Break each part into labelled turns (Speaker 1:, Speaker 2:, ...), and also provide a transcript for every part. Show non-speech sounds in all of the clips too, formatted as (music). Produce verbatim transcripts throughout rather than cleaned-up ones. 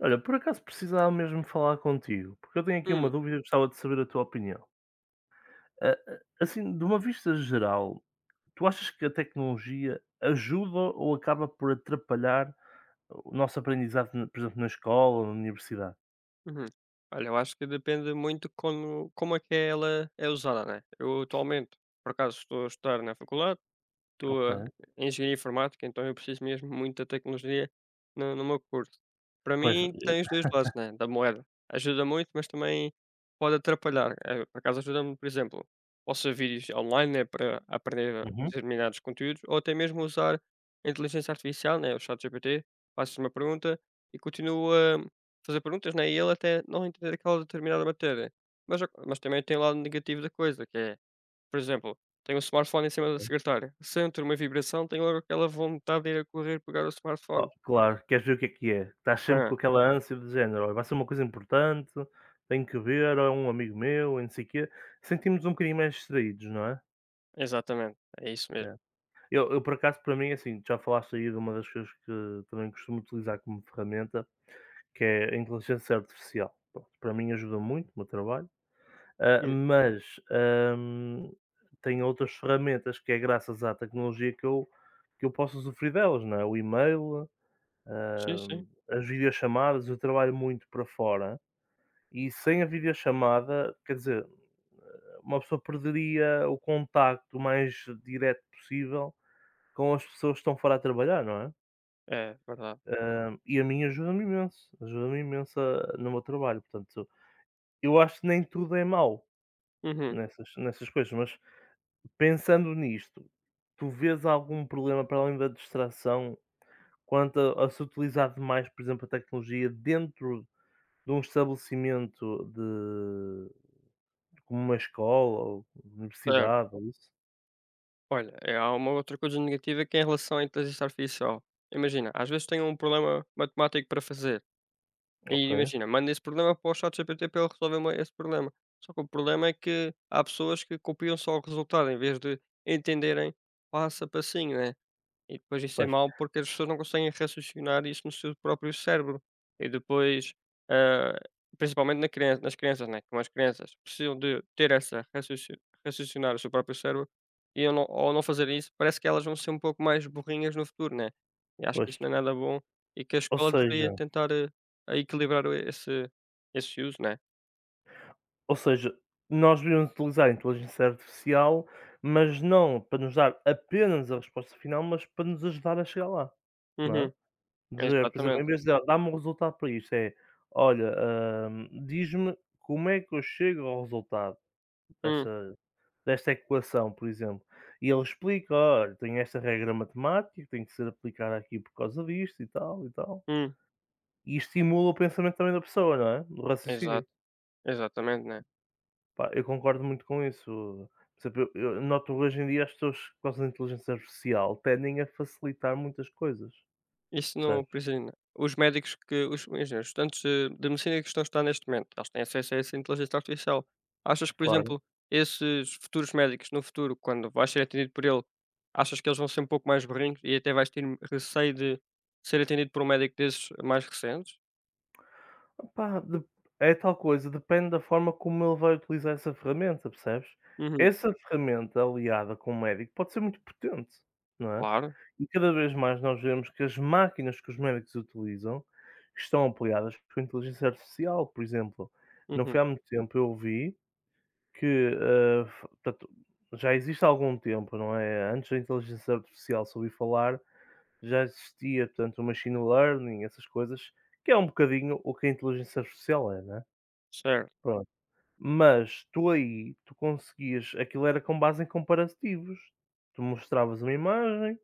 Speaker 1: Olha, por acaso precisava mesmo falar contigo, porque eu tenho aqui uma
Speaker 2: Hum,
Speaker 1: dúvida e gostava de saber a tua opinião. Ah, ah, Assim, de uma vista geral, tu achas que a tecnologia ajuda ou acaba por atrapalhar o nosso aprendizado, na- por exemplo, na escola ou na universidade?
Speaker 2: uhum. Olha, eu acho que depende muito como como é que ela é usada, né? Eu atualmente, por acaso, estou a estudar na faculdade.
Speaker 1: Ok.
Speaker 2: Estou a em engenharia informática, então eu preciso mesmo muito da tecnologia no no meu curso. Para
Speaker 1: Pois,
Speaker 2: mim tem os
Speaker 1: eh,
Speaker 2: dois lados, né, da moeda. Ajuda muito, mas também pode atrapalhar. Eh, por acaso ajuda-me, por exemplo, posso ver vídeos online, né, para aprender
Speaker 1: uhum.
Speaker 2: determinados conteúdos ou até mesmo usar a inteligência artificial, né, o chat ChatGPT, faço uma pergunta e continuo a fazer perguntas, né, e ele até não entender aquela determinada matéria. Mas a mas também tem o lado negativo da coisa, que é, por exemplo, tenho o smartphone em cima da secretária, sento uma vibração, tenho logo aquela vontade de ir a correr pegar o
Speaker 1: Ó,
Speaker 2: smartphone.
Speaker 1: claro, queres ver o que é que é? Estás sempre com
Speaker 2: ah
Speaker 1: aquela ânsia de género, "Olha, vai ser uma coisa importante, tenho que ver, ou é um amigo meu, e não sei o quê." Sentimos um bocadinho mais distraídos, não é?
Speaker 2: exatamente, é isso mesmo.
Speaker 1: Eu, eu, por acaso, para mim, assim, já falaste aí de uma das coisas que também costumo utilizar como ferramenta, que é a inteligência artificial. Pronto, para mim ajuda muito no meu trabalho, ah,
Speaker 2: Hum,
Speaker 1: mas hum, tenho outras ferramentas que é graças à tecnologia que eu, que eu posso usufruir delas, não é? O e-mail,
Speaker 2: sim, sim,
Speaker 1: hum, as videochamadas, eu trabalho muito para fora e sem a videochamada, quer dizer, uma pessoa perderia o contacto mais direto possível com as pessoas que estão fora a trabalhar, não é?
Speaker 2: é verdade.
Speaker 1: Hã, e a mim ajuda-me imenso, ajuda-me imenso a no meu trabalho, portanto, eu acho que nem tudo é mau
Speaker 2: Uhum,
Speaker 1: nessas nessas coisas, mas pensando nisto, tu vês algum problema para além da distração quanto a a se utilizar demais, por exemplo, a tecnologia dentro de um estabelecimento de como uma escola ou
Speaker 2: certo.
Speaker 1: universidade ou isso?
Speaker 2: Olha, é há uma outra coisa negativa que é em relação à inteligência artificial. Imagina, às vezes tenho um problema matemático para fazer,
Speaker 1: Ok,
Speaker 2: e imagina, manda esse problema para o chat ChatGPT para ele resolver uma- esse problema. Só que o problema é que há pessoas que copiam só o resultado em vez de entenderem passo a passinho, né? E depois isso é
Speaker 1: pois,
Speaker 2: mau porque as pessoas não conseguem raciocinar isso no seu próprio cérebro. E depois, ah, principalmente na criança, nas crianças, né? Como as crianças precisam de ter essa raciocin- raciocinar o seu próprio cérebro e eu não, ao não fazer isso, parece que elas vão ser um pouco mais burrinhas no futuro, né? E acho que
Speaker 1: pois,
Speaker 2: isso não é nada bom e que a
Speaker 1: ou
Speaker 2: escola
Speaker 1: seja
Speaker 2: deveria tentar eh, a equilibrar o- esse, esse uso, né?
Speaker 1: Ou seja, nós devíamos utilizar a inteligência artificial, mas não para nos dar apenas a resposta final, mas para nos ajudar a chegar lá, não é?
Speaker 2: Uhum,
Speaker 1: Dizer, por exemplo, em
Speaker 2: exatamente.
Speaker 1: vez de ela dá-me um resultado para isto, é: "Olha, hum, diz-me como é que eu chego ao resultado
Speaker 2: Hum,
Speaker 1: desta desta equação", por exemplo. E ele explica: "Olha, tenho esta regra matemática que tem que ser aplicada aqui por causa disto e tal e tal".
Speaker 2: hum,
Speaker 1: E estimula o pensamento também da pessoa, não é? O raciocínio.
Speaker 2: exato, exatamente, né?
Speaker 1: Pá, eu concordo muito com isso. Por exemplo, eu eu noto hoje em dia as pessoas por causa da inteligência artificial tendem a facilitar muitas coisas,
Speaker 2: Isso não
Speaker 1: percebes?
Speaker 2: precisa. Os médicos que os imagina, os estudantes de de medicina que estão a estudar neste momento, eles têm acesso a essa inteligência artificial. Achas que, por
Speaker 1: Claro.
Speaker 2: exemplo, esses futuros médicos no futuro, quando vais ser atendido por ele, achas que eles vão ser um pouco mais burrinhos e até vais ter receio de ser atendido por um médico desses mais recentes?
Speaker 1: Opá, de é tal coisa, depende da forma como ele vai utilizar essa ferramenta, percebes?
Speaker 2: Uhum,
Speaker 1: Essa ferramenta aliada com o médico pode ser muito potente, não é?
Speaker 2: claro.
Speaker 1: E cada vez mais nós vemos que as máquinas que os médicos utilizam estão apoiadas por inteligência artificial. Por exemplo, não foi
Speaker 2: Uhum,
Speaker 1: há muito tempo eu ouvi que, ah, f portanto, já existe há algum tempo, não é? Antes da inteligência artificial se ouvir falar, já existia, portanto, o machine learning, essas coisas, que é um bocadinho o que a inteligência artificial é, né?
Speaker 2: certo,
Speaker 1: Pronto. Mas tu aí, tu conseguias aquilo era com base em comparativos. Tu mostravas uma imagem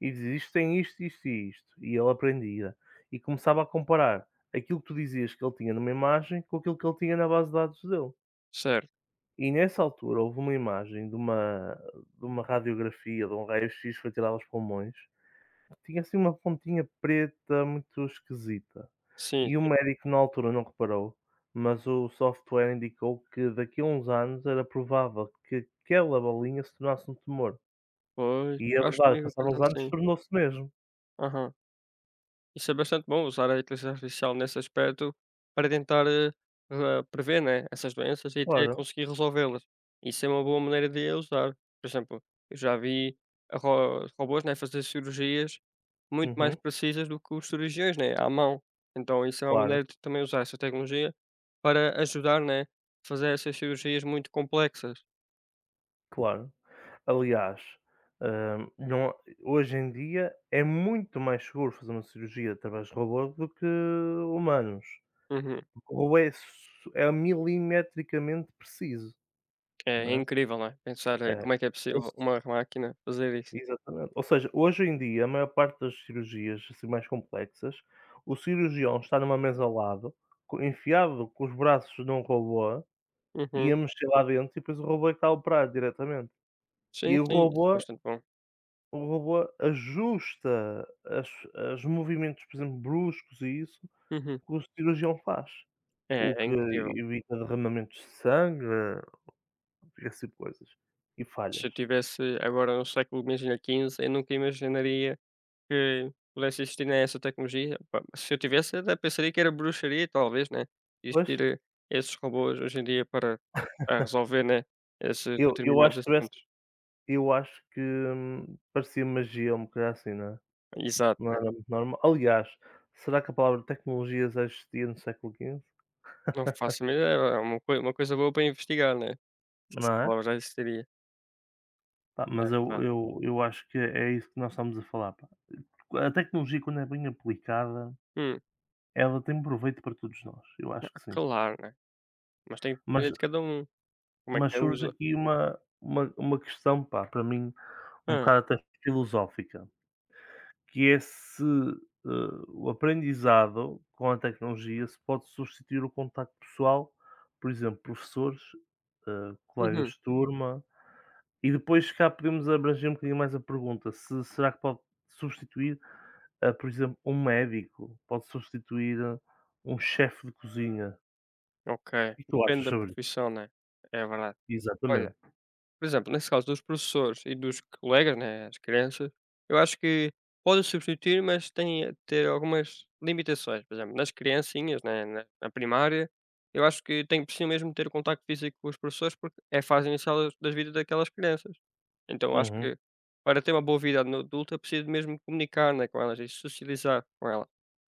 Speaker 1: e dizias: "Isto tem isto, isto e isto", e ele aprendia. E começava a comparar aquilo que tu dizias que ele tinha numa imagem com aquilo que ele tinha na base de dados dele.
Speaker 2: certo.
Speaker 1: E nessa altura houve uma imagem de uma de uma radiografia, de um raio-x que foi tirado aos pulmões, tinha assim uma pontinha preta muito esquisita.
Speaker 2: Sim,
Speaker 1: E o
Speaker 2: sim.
Speaker 1: médico na altura não reparou, mas o software indicou que daqui a uns anos era provável que aquela bolinha se tornasse um tumor.
Speaker 2: Pois,
Speaker 1: E a
Speaker 2: acho que é
Speaker 1: verdade,
Speaker 2: uma
Speaker 1: passados
Speaker 2: coisa
Speaker 1: uns anos
Speaker 2: assim.
Speaker 1: tornou-se mesmo.
Speaker 2: Aham. Isso é bastante bom usar a inteligência artificial nesse aspecto para tentar, eh, re prever, né, essas doenças e até
Speaker 1: Claro.
Speaker 2: conseguir resolvê-las. Isso é uma boa maneira de a usar. Por exemplo, eu já vi a ro robôs, né, fazer cirurgias muito mais
Speaker 1: Uhum.
Speaker 2: precisas do que os cirurgiões, né, à mão. Então isso é uma
Speaker 1: Claro,
Speaker 2: maneira de também usar essa tecnologia para ajudar, né, a fazer essas cirurgias muito complexas.
Speaker 1: claro. Aliás, hã, não, hoje em dia é muito mais seguro fazer uma cirurgia através de robôs do que humanos.
Speaker 2: Uhum.
Speaker 1: O robô é su é milimetricamente preciso,
Speaker 2: É é
Speaker 1: não é?
Speaker 2: incrível, né. Pensar, eh,
Speaker 1: É.
Speaker 2: como é que é
Speaker 1: Ou
Speaker 2: possível
Speaker 1: se
Speaker 2: uma máquina fazer isso.
Speaker 1: Exatamente. Ou seja, hoje em dia, a maior parte das cirurgias, assim, mais complexas, o cirurgião está numa mesa ao lado, co enfiado com os braços num robô e
Speaker 2: Uhum.
Speaker 1: a mexer lá dentro e depois o robô é que está a operar diretamente.
Speaker 2: Sim,
Speaker 1: E o
Speaker 2: sim, isso é
Speaker 1: robô
Speaker 2: bastante bom.
Speaker 1: O robô ajusta as as movimentos, por exemplo, bruscos e isso,
Speaker 2: Uhum.
Speaker 1: que o cirurgião faz, o
Speaker 2: É, é
Speaker 1: que
Speaker 2: incrível.
Speaker 1: evita derramamentos de sangue, esse tipo de coisas, e falhas.
Speaker 2: Se eu tivesse agora no século, imagina, quinze, eu nunca imaginaria que pudesse existir, né, essa tecnologia. Pá, se eu tivesse, eu até pensaria que era bruxaria, talvez, né,
Speaker 1: Pois,
Speaker 2: existir, eh, esses robôs hoje em dia para, ah, resolver, né, esses
Speaker 1: eu eu
Speaker 2: determinados
Speaker 1: acho que tivesse
Speaker 2: assuntos.
Speaker 1: eu acho que, hum, parecia magia, um coisa assim, não é?
Speaker 2: Exato,
Speaker 1: Não
Speaker 2: né.
Speaker 1: era muito normal. Aliás, será que a palavra tecnologia já existia no século quinze?
Speaker 2: Não
Speaker 1: (laughs)
Speaker 2: faço a mínima ideia, é uma coi uma coisa boa para investigar, né, se
Speaker 1: Não
Speaker 2: essa
Speaker 1: é?
Speaker 2: palavra já existiria.
Speaker 1: Pá,
Speaker 2: É
Speaker 1: mas eu
Speaker 2: verdade.
Speaker 1: eu eu acho que é isso que nós estamos a falar, pá. A tecnologia, quando é bem aplicada,
Speaker 2: Hum,
Speaker 1: ela tem proveito para todos nós, eu acho que
Speaker 2: ah,
Speaker 1: sim.
Speaker 2: claro, né, mas tem que depender
Speaker 1: Mas
Speaker 2: de cada um, como é
Speaker 1: mas
Speaker 2: que a
Speaker 1: surge
Speaker 2: usa.
Speaker 1: aqui uma uma uma questão, pá, para mim um
Speaker 2: Ah.
Speaker 1: bocado até filosófica, que é se, eh, o aprendizado com a tecnologia se pode substituir o contacto pessoal, por exemplo, professores, eh, colegas
Speaker 2: Uhum,
Speaker 1: de turma, e depois cá podemos abranger um bocadinho mais a pergunta, se será que pode substituir, eh, por exemplo, um médico, pode substituir eh, um chefe de cozinha.
Speaker 2: ok,
Speaker 1: E tu
Speaker 2: depende
Speaker 1: achas
Speaker 2: da
Speaker 1: sobre isso?
Speaker 2: profissão, né, é verdade. Olha,
Speaker 1: Exatamente.
Speaker 2: por exemplo, nesse caso dos professores e dos colegas, né, as crianças, eu acho que podem substituir, mas têm a ter algumas limitações. Por exemplo, nas criancinhas, né, na, na primária, eu acho que tem, precisam mesmo ter o contacto físico com os professores, porque é a fase inicial das- da vida daquelas crianças. Então acho
Speaker 1: Uhum.
Speaker 2: que para ter uma boa vida no adulta preciso mesmo comunicar, né, com elas e socializar com ela.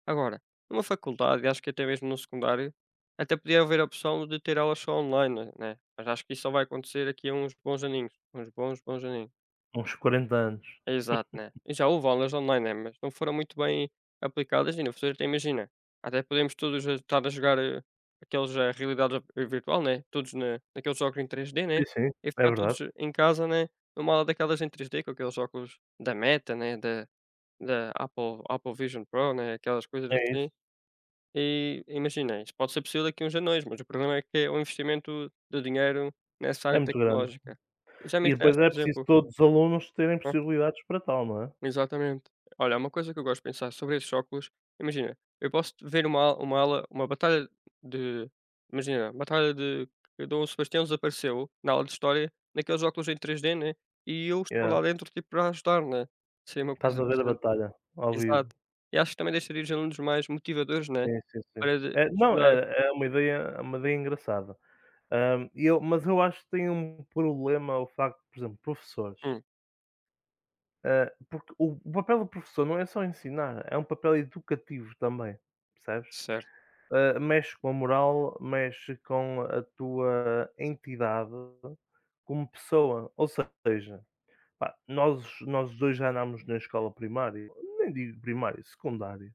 Speaker 2: Agora, numa faculdade, acho que até mesmo no secundário, até podia haver a opção de ter aulas só online, né? Mas acho que isso só vai acontecer aqui a uns bons aninhos. Uns bons, bons aninhos.
Speaker 1: Uns quarenta anos.
Speaker 2: Exato, né. E já houve aulas online, né, mas não foram muito bem aplicadas e no futuro até imagina, até podemos todos, eh, estar a jogar, eh, aqueles, eh, realidade v virtual, né, todos na naqueles óculos em três D, né,
Speaker 1: Sim, sim,
Speaker 2: e
Speaker 1: é
Speaker 2: ficar todos
Speaker 1: verdade.
Speaker 2: em casa, né, numa aula daquelas em três D com aqueles óculos da Meta, né, da da Apple Apple Vision Pro, né, aquelas coisas
Speaker 1: É isso.
Speaker 2: assim. E imagina, isso pode ser possível daqui a uns anos, mas o problema é que é um investimento do dinheiro nessa
Speaker 1: É
Speaker 2: área
Speaker 1: muito grande.
Speaker 2: tecnológica. E já
Speaker 1: E
Speaker 2: imaginaste,
Speaker 1: depois é
Speaker 2: por
Speaker 1: preciso
Speaker 2: exemplo, ok.
Speaker 1: todos os alunos terem possibilidades para tal, não é?
Speaker 2: Exatamente. Olha, uma coisa que eu gosto de pensar sobre esses óculos, imagina, eu posso ver uma, al- uma ala, uma batalha de. Imagina, batalha de que Dom Sebastião desapareceu na aula de história, naqueles óculos em três D, né? E eu estou
Speaker 1: Yeah.
Speaker 2: lá dentro, tipo, para ajudar, né? Seria uma
Speaker 1: Estás
Speaker 2: coisa
Speaker 1: a ver a
Speaker 2: bastante.
Speaker 1: batalha, ao vivo.
Speaker 2: Exato. E acho que também deixaria os alunos mais motivadores, né?
Speaker 1: Sim, sim, sim.
Speaker 2: Para de-
Speaker 1: É, não,
Speaker 2: estudar.
Speaker 1: é é uma ideia é uma ideia engraçada. Hã, e eu mas eu acho que tem um problema o facto, por exemplo, professores,
Speaker 2: Hum,
Speaker 1: hã, porque o o papel do professor não é só ensinar, é um papel educativo também, percebes?
Speaker 2: certo.
Speaker 1: eh, mexe com a moral, mexe com a tua entidade como pessoa. Ou seja, pá, nós, nós dois já andámos na escola primária, nem digo primária, secundária.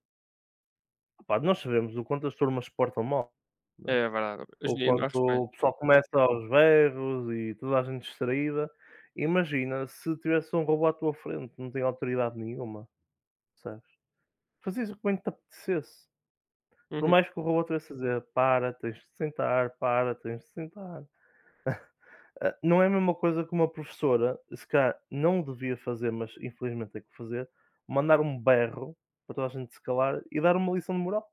Speaker 1: Pá, nós sabemos o quanto as turmas se portam mal, né?
Speaker 2: É verdade. Hoje
Speaker 1: O
Speaker 2: em dia não
Speaker 1: quanto
Speaker 2: há respeito.
Speaker 1: o pessoal começa aos berros e toda a gente distraída. Imagina se tivesse um robô à tua frente, não tem autoridade nenhuma, sabes? Fazias o que bem te apetecesse. Por
Speaker 2: Uhum.
Speaker 1: mais que o robô tivesse a dizer: "Para, tens de sentar, para, tens de sentar", ah, não é a mesma coisa que uma professora, se calhar não devia fazer, mas infelizmente tem que fazer, mandar um berro para toda a gente se calar e dar uma lição de moral,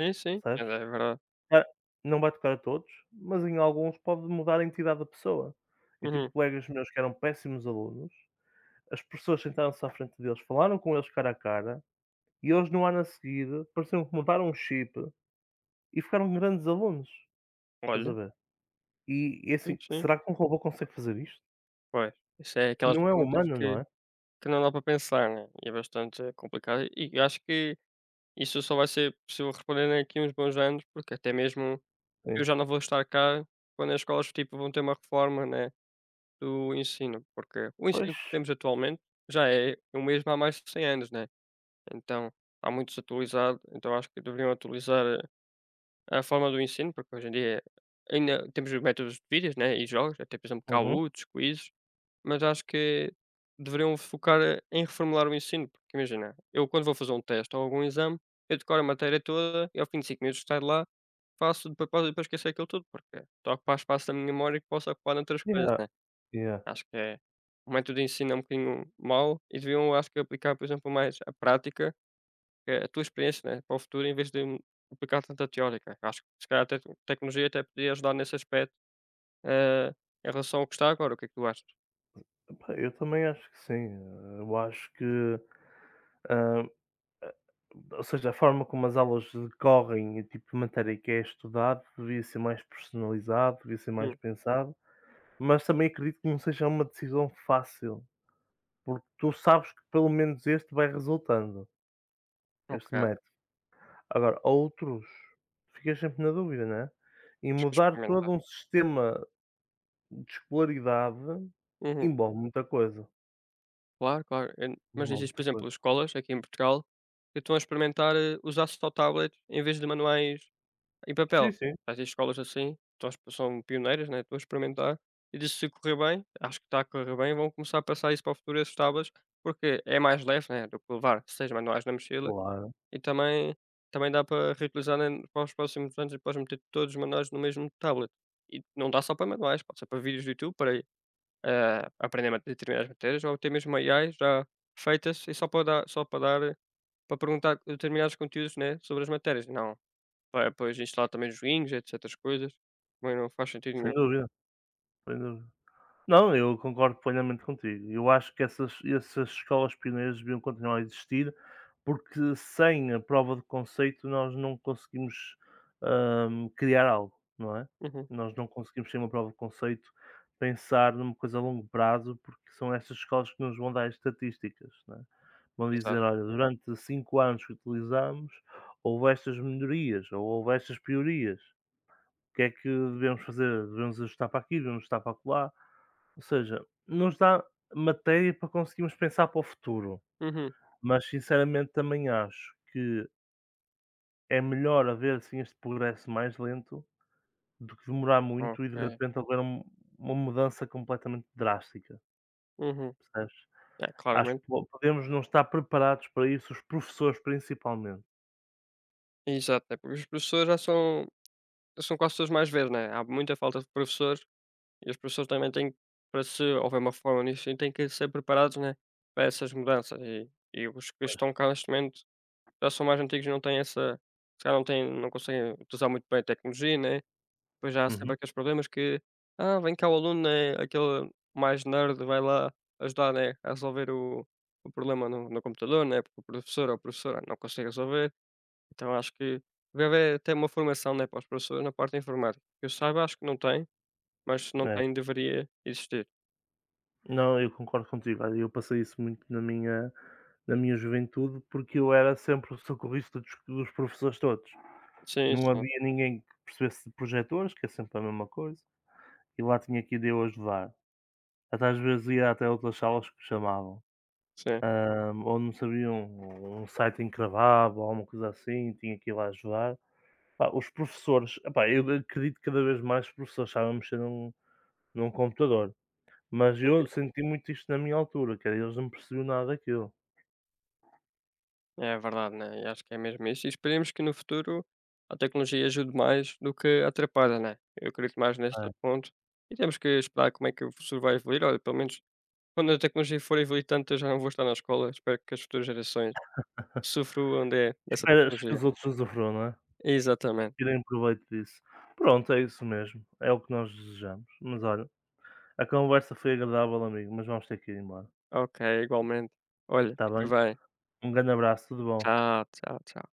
Speaker 2: Sim, sim. É
Speaker 1: percebes?
Speaker 2: é verdade.
Speaker 1: Ah, não vai tocar a todos, mas em alguns pode mudar a entidade da pessoa. Eu tive
Speaker 2: Uhum.
Speaker 1: colegas meus que eram péssimos alunos, as pessoas sentaram-se à frente deles, falaram com eles cara a cara e eles no ano a seguir pareciam que mudaram um chip e ficaram grandes alunos, estás a
Speaker 2: Olha,
Speaker 1: ver? E e
Speaker 2: sim,
Speaker 1: assim,
Speaker 2: sim.
Speaker 1: será que um robô consegue fazer isto?
Speaker 2: Pois. Isso é aquelas
Speaker 1: Não é
Speaker 2: perguntas
Speaker 1: humano, não
Speaker 2: que
Speaker 1: é?
Speaker 2: Que não dá para pensar, né, e é bastante complicado e e acho que isso só vai ser possível responder daqui uns bons anos, porque até mesmo eu
Speaker 1: É.
Speaker 2: já não vou estar cá quando as escolas, tipo, vão ter uma reforma, né, do ensino, porque o
Speaker 1: Pois.
Speaker 2: ensino que temos atualmente já é o mesmo há mais de cem anos, né, então está muito desatualizado, então acho que deveriam atualizar a forma do ensino, porque hoje em dia ainda temos os métodos de vídeos, né, e jogos, até por exemplo
Speaker 1: Uhum.
Speaker 2: causos, quizzes, mas acho que deveriam focar eh, em reformular o ensino, porque imagina, eu quando vou fazer um teste ou algum exame, eu decoro a matéria toda e ao fim de cinco minutos de estar lá, faço de propósito para esquecer aquilo tudo, porque só ocupar espaço da minha memória que posso ocupar noutras coisas,
Speaker 1: Yeah,
Speaker 2: né.
Speaker 1: yeah.
Speaker 2: Acho que é o método de ensino é um bocadinho mau e deviam, acho que aplicar, por exemplo, mais a prática eh, a tua experiência, né, para o futuro em vez de hum, aplicar tanta teórica. Acho que se calhar a tec- tecnologia até podia ajudar nesse aspecto, eh, em relação ao que está agora. O que é que tu achas?
Speaker 1: Epá, eu também acho que sim. Eh, eu acho que, hã, eh, ou seja, a forma como as aulas decorrem e o tipo de matéria que é estudado devia ser mais personalizado, devia ser mais
Speaker 2: Hum,
Speaker 1: pensado, mas também acredito que não seja uma decisão fácil, porque tu sabes que pelo menos este vai resultando, este
Speaker 2: ok,
Speaker 1: método. Agora, outros, ficas sempre na dúvida, não é? E
Speaker 2: acho que
Speaker 1: mudar todo
Speaker 2: experimentar.
Speaker 1: um sistema de escolaridade
Speaker 2: Uhum,
Speaker 1: envolve muita coisa,
Speaker 2: claro, claro. Eh, Mas
Speaker 1: envolve
Speaker 2: existe,
Speaker 1: muita
Speaker 2: por exemplo,
Speaker 1: coisa.
Speaker 2: escolas aqui em Portugal que estão a experimentar eh, usar só tablets em vez de manuais em papel.
Speaker 1: Sim, sim,
Speaker 2: Existem escolas assim, estão a exp- são pioneiras, né? Estão a experimentar. E disse se correr bem, acho que está a correr bem, vão começar a passar isso para o futuro, esses tablets, porque é mais leve, né? Do que levar seis manuais na mochila.
Speaker 1: claro,
Speaker 2: E também também dá para reutilizar em para os próximos anos e podes meter todos os manuais no mesmo tablet. E não dá só para manuais, pode ser para vídeos do YouTube, para, eh, aprender ma determinadas matérias ou até mesmo A I já feitas e só para dar só para dar eh, para perguntar determinados conteúdos, né, sobre as matérias. Não, para depois instalar também joguinhos, et cetas coisas, também não faz sentido
Speaker 1: sem
Speaker 2: nenhum.
Speaker 1: dúvida, sem dúvida. Não, eu concordo plenamente contigo. Eu acho que essas, essas escolas pioneiras deviam continuar a existir, porque sem a prova de conceito nós não conseguimos hum, criar algo, não é?
Speaker 2: Uhum,
Speaker 1: Nós não conseguimos sem uma prova de conceito pensar numa coisa a longo prazo, porque são estas escolas que nos vão dar estatísticas, não é? Vão dizer,
Speaker 2: exato.
Speaker 1: olha, durante cinco anos que utilizamos, houve estas melhorias, ou houve estas piorias. O que é que devemos fazer? Devemos ajustar para aqui, devemos ajustar para lá? Ou seja, não nos dá matéria para conseguirmos pensar para o futuro.
Speaker 2: Uhum,
Speaker 1: Mas sinceramente também acho que é melhor haver assim este progresso mais lento do que demorar muito e de
Speaker 2: ok.
Speaker 1: repente haver um- uma mudança completamente drástica,
Speaker 2: Uhum.
Speaker 1: percebes?
Speaker 2: É,
Speaker 1: Acho
Speaker 2: claramente.
Speaker 1: que po- podemos não estar preparados para isso, os professores principalmente.
Speaker 2: Exato, né, porque os professores já são são quase todos mais velhos, né, há muita falta de professores. E os professores também têm, que- para se houver uma reforma nisso, sim, têm que ser preparados, né, para essas mudanças. E, e os que estão cá neste momento já são mais antigos e não têm essa. Se calhar não, têm, não conseguem utilizar muito bem a tecnologia, né? Depois já há sempre
Speaker 1: Uhum.
Speaker 2: aqueles problemas que. Ah, vem cá o aluno, né? Aquele mais nerd vai lá ajudar, né? A resolver o, o problema no, no computador, né? Porque o professor ou a professora não consegue resolver. Então acho que deve haver até uma formação, né? Para os professores na parte informática. Que eu saiba, acho que não tem, mas se não tem, deveria existir.
Speaker 1: Não, eu concordo contigo. Olha, eu passei isso muito na minha na minha juventude, porque eu era sempre o socorrista dos dos professores todos.
Speaker 2: Sim,
Speaker 1: Não
Speaker 2: sim,
Speaker 1: havia ninguém que percebesse de projetores, que é sempre a mesma coisa, e lá tinha que ir eu ajudar. Até às vezes ia até outras salas que me chamavam,
Speaker 2: sim.
Speaker 1: hã, ou não sabiam, um site encravava ou alguma coisa assim, tinha que ir lá ajudar. Pá, os professores, epá, eu acredito que cada vez mais os professores sabem mexer num num computador. Mas eu senti muito isto na minha altura, que era eles não percebiam nada daquilo.
Speaker 2: É verdade, né? E acho que é mesmo isso. E esperemos que no futuro a tecnologia ajude mais do que atrapalha, né? Eu acredito mais neste
Speaker 1: É.
Speaker 2: ponto. E temos que esperar como é que o futuro vai evoluir. Olha, pelo menos quando a tecnologia for evoluir tanto, eu já não vou estar na escola. Espero que as futuras gerações sofram onde é essa
Speaker 1: Esperas que
Speaker 2: tecnologia.
Speaker 1: os outros usufruam, não é?
Speaker 2: Exatamente.
Speaker 1: Tirem proveito disso. Pronto, é isso mesmo, é o que nós desejamos. Mas olha, a conversa foi agradável, amigo, mas vamos ter que ir embora,
Speaker 2: Ok, igualmente. Olha,
Speaker 1: está
Speaker 2: fica
Speaker 1: bem?
Speaker 2: bem.
Speaker 1: Um grande abraço, tudo bom.
Speaker 2: Tchau, tchau, tchau.